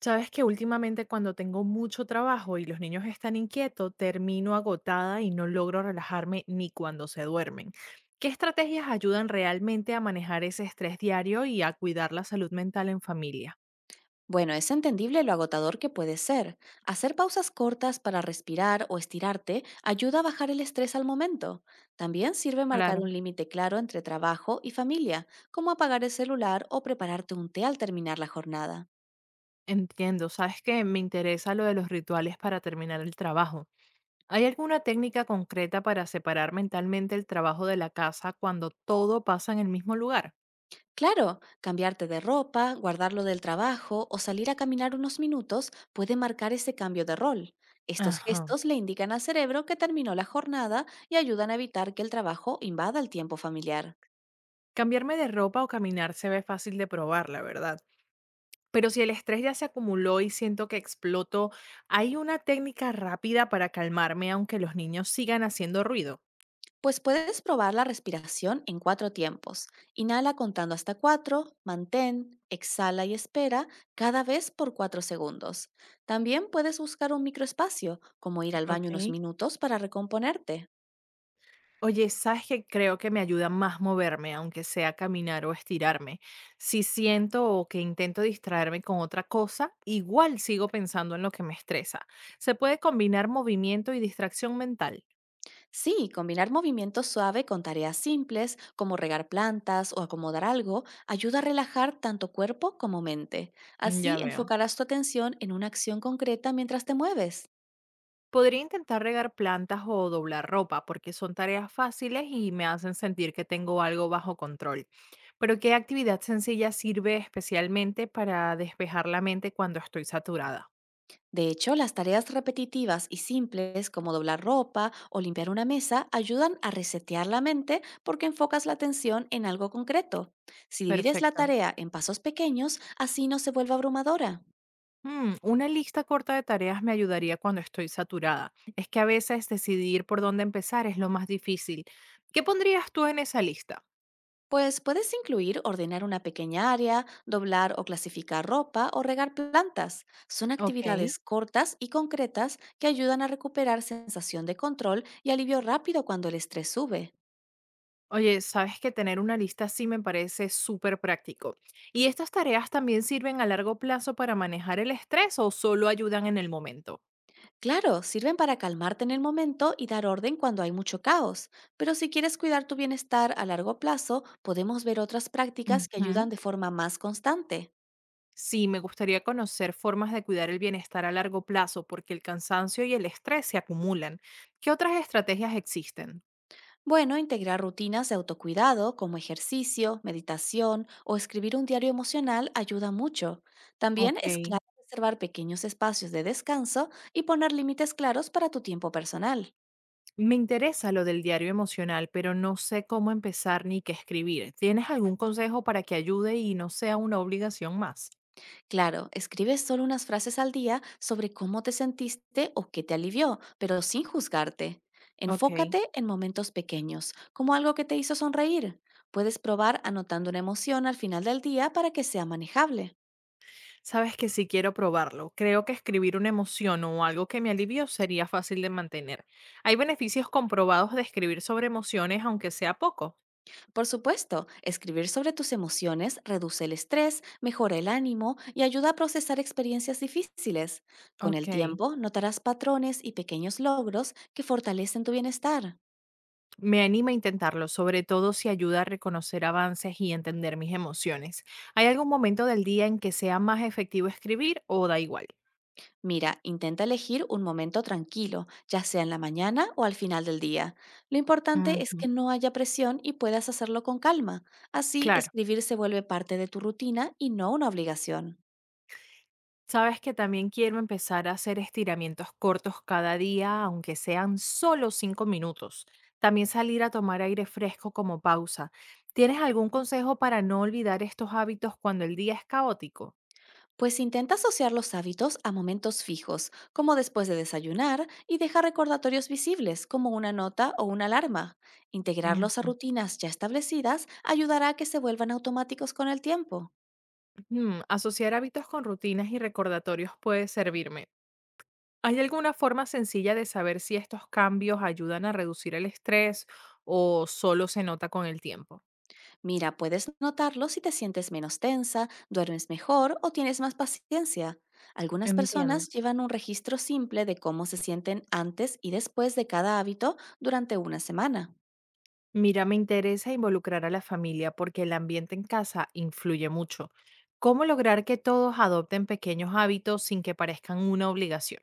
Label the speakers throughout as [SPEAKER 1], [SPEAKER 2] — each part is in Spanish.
[SPEAKER 1] Sabes que últimamente cuando tengo mucho trabajo y los niños están inquietos, termino agotada y no logro relajarme ni cuando se duermen. ¿Qué estrategias ayudan realmente a manejar ese estrés diario y a cuidar la salud mental en familia?
[SPEAKER 2] Bueno, es entendible lo agotador que puede ser. Hacer pausas cortas para respirar o estirarte ayuda a bajar el estrés al momento. También sirve marcar
[SPEAKER 1] Claro.
[SPEAKER 2] un límite claro entre trabajo y familia, como apagar el celular o prepararte un té al terminar la jornada.
[SPEAKER 1] Entiendo, sabes que me interesa lo de los rituales para terminar el trabajo. ¿Hay alguna técnica concreta para separar mentalmente el trabajo de la casa cuando todo pasa en el mismo lugar?
[SPEAKER 2] Claro, cambiarte de ropa, guardarlo del trabajo o salir a caminar unos minutos puede marcar ese cambio de rol. Estos
[SPEAKER 1] Ajá.
[SPEAKER 2] gestos le indican al cerebro que terminó la jornada y ayudan a evitar que el trabajo invada el tiempo familiar.
[SPEAKER 1] Cambiarme de ropa o caminar se ve fácil de probar, la verdad. Pero si el estrés ya se acumuló y siento que exploto, ¿hay una técnica rápida para calmarme aunque los niños sigan haciendo ruido?
[SPEAKER 2] Pues puedes probar la respiración en 4 tiempos. Inhala contando hasta 4, mantén, exhala y espera cada vez por 4 segundos. También puedes buscar un microespacio, como ir al baño unos
[SPEAKER 1] Ok.
[SPEAKER 2] minutos para recomponerte.
[SPEAKER 1] Oye, ¿sabes qué? Creo que me ayuda más moverme, aunque sea caminar o estirarme. Si siento o que intento distraerme con otra cosa, igual sigo pensando en lo que me estresa. Se puede combinar movimiento y distracción mental.
[SPEAKER 2] Sí, combinar movimiento suave con tareas simples, como regar plantas o acomodar algo, ayuda a relajar tanto cuerpo como mente.
[SPEAKER 1] Ya
[SPEAKER 2] Así
[SPEAKER 1] veo.
[SPEAKER 2] enfocarás tu atención en una acción concreta mientras te mueves.
[SPEAKER 1] Podría intentar regar plantas o doblar ropa porque son tareas fáciles y me hacen sentir que tengo algo bajo control. Pero ¿qué actividad sencilla sirve especialmente para despejar la mente cuando estoy saturada?
[SPEAKER 2] De hecho, las tareas repetitivas y simples como doblar ropa o limpiar una mesa ayudan a resetear la mente porque enfocas la atención en algo concreto. Si divides la
[SPEAKER 1] Perfecto.
[SPEAKER 2] tarea en pasos pequeños, así no se vuelve abrumadora.
[SPEAKER 1] Una lista corta de tareas me ayudaría cuando estoy saturada. Es que a veces decidir por dónde empezar es lo más difícil. ¿Qué pondrías tú en esa lista?
[SPEAKER 2] Pues puedes incluir ordenar una pequeña área, doblar o clasificar ropa o regar plantas. Son
[SPEAKER 1] Ok.
[SPEAKER 2] actividades cortas y concretas que ayudan a recuperar sensación de control y alivio rápido cuando el estrés sube.
[SPEAKER 1] Oye, sabes que tener una lista así me parece súper práctico. ¿Y estas tareas también sirven a largo plazo para manejar el estrés o solo ayudan en el momento?
[SPEAKER 2] Claro, sirven para calmarte en el momento y dar orden cuando hay mucho caos, pero si quieres cuidar tu bienestar a largo plazo, podemos ver otras prácticas que ayudan
[SPEAKER 1] Ujú.
[SPEAKER 2] de forma más constante.
[SPEAKER 1] Sí, me gustaría conocer formas de cuidar el bienestar a largo plazo porque el cansancio y el estrés se acumulan. ¿Qué otras estrategias existen?
[SPEAKER 2] Bueno, integrar rutinas de autocuidado como ejercicio, meditación o escribir un diario emocional ayuda mucho. También es
[SPEAKER 1] Ok.
[SPEAKER 2] clave reservar pequeños espacios de descanso y poner límites claros para tu tiempo personal.
[SPEAKER 1] Me interesa lo del diario emocional, pero no sé cómo empezar ni qué escribir. ¿Tienes algún consejo para que ayude y no sea una obligación más?
[SPEAKER 2] Claro, escribe solo unas frases al día sobre cómo te sentiste o qué te alivió, pero sin juzgarte.
[SPEAKER 1] Ok.
[SPEAKER 2] Enfócate en momentos pequeños, como algo que te hizo sonreír. Puedes probar anotando una emoción al final del día para que sea manejable.
[SPEAKER 1] Sabes que si quiero probarlo. Creo que escribir una emoción o algo que me alivio sería fácil de mantener. Hay beneficios comprobados de escribir sobre emociones, aunque sea poco.
[SPEAKER 2] Por supuesto, escribir sobre tus emociones reduce el estrés, mejora el ánimo y ayuda a procesar experiencias difíciles. Con
[SPEAKER 1] Ok.
[SPEAKER 2] el tiempo, notarás patrones y pequeños logros que fortalecen tu bienestar.
[SPEAKER 1] Me anima a intentarlo, sobre todo si ayuda a reconocer avances y entender mis emociones. ¿Hay algún momento del día en que sea más efectivo escribir o da igual?
[SPEAKER 2] Mira, intenta elegir un momento tranquilo, ya sea en la mañana o al final del día. Lo importante es
[SPEAKER 1] Ujú,
[SPEAKER 2] que no haya presión y puedas hacerlo con calma. Así,
[SPEAKER 1] claro.
[SPEAKER 2] escribir se vuelve parte de tu rutina y no una obligación.
[SPEAKER 1] Sabes que también quiero empezar a hacer estiramientos cortos cada día, aunque sean solo 5 minutos. También salir a tomar aire fresco como pausa. ¿Tienes algún consejo para no olvidar estos hábitos cuando el día es caótico?
[SPEAKER 2] Pues intenta asociar los hábitos a momentos fijos, como después de desayunar, y deja recordatorios visibles, como una nota o una alarma. Integrarlos a
[SPEAKER 1] Ujú.
[SPEAKER 2] rutinas ya establecidas ayudará a que se vuelvan automáticos con el tiempo.
[SPEAKER 1] Asociar hábitos con rutinas y recordatorios puede servirme. ¿Hay alguna forma sencilla de saber si estos cambios ayudan a reducir el estrés o solo se nota con el tiempo?
[SPEAKER 2] Mira, puedes notarlo si te sientes menos tensa, duermes mejor o tienes más paciencia. Algunas
[SPEAKER 1] Entiendo.
[SPEAKER 2] personas llevan un registro simple de cómo se sienten antes y después de cada hábito durante 1 semana.
[SPEAKER 1] Mira, me interesa involucrar a la familia porque el ambiente en casa influye mucho. ¿Cómo lograr que todos adopten pequeños hábitos sin que parezcan una obligación?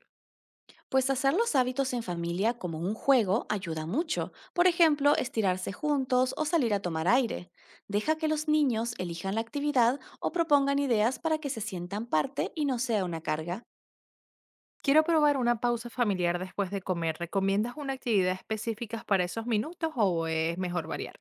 [SPEAKER 2] Pues hacer los hábitos en familia como un juego ayuda mucho. Por ejemplo, estirarse juntos o salir a tomar aire. Deja que los niños elijan la actividad o propongan ideas para que se sientan parte y no sea una carga.
[SPEAKER 1] Quiero probar una pausa familiar después de comer. ¿Recomiendas una actividad específica para esos minutos o es mejor variar?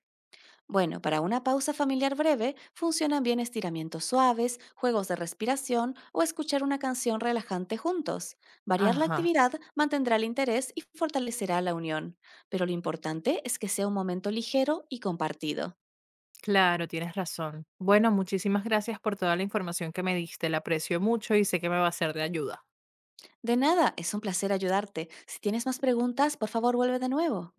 [SPEAKER 2] Bueno, para una pausa familiar breve funcionan bien estiramientos suaves, juegos de respiración o escuchar una canción relajante juntos. Variar la
[SPEAKER 1] Ajá,
[SPEAKER 2] actividad mantendrá el interés y fortalecerá la unión, pero lo importante es que sea un momento ligero y compartido.
[SPEAKER 1] claro, tienes razón. Bueno, muchísimas gracias por toda la información que me diste. La aprecio mucho y sé que me va a ser de ayuda.
[SPEAKER 2] De nada, es un placer ayudarte. Si tienes más preguntas, por favor vuelve de nuevo.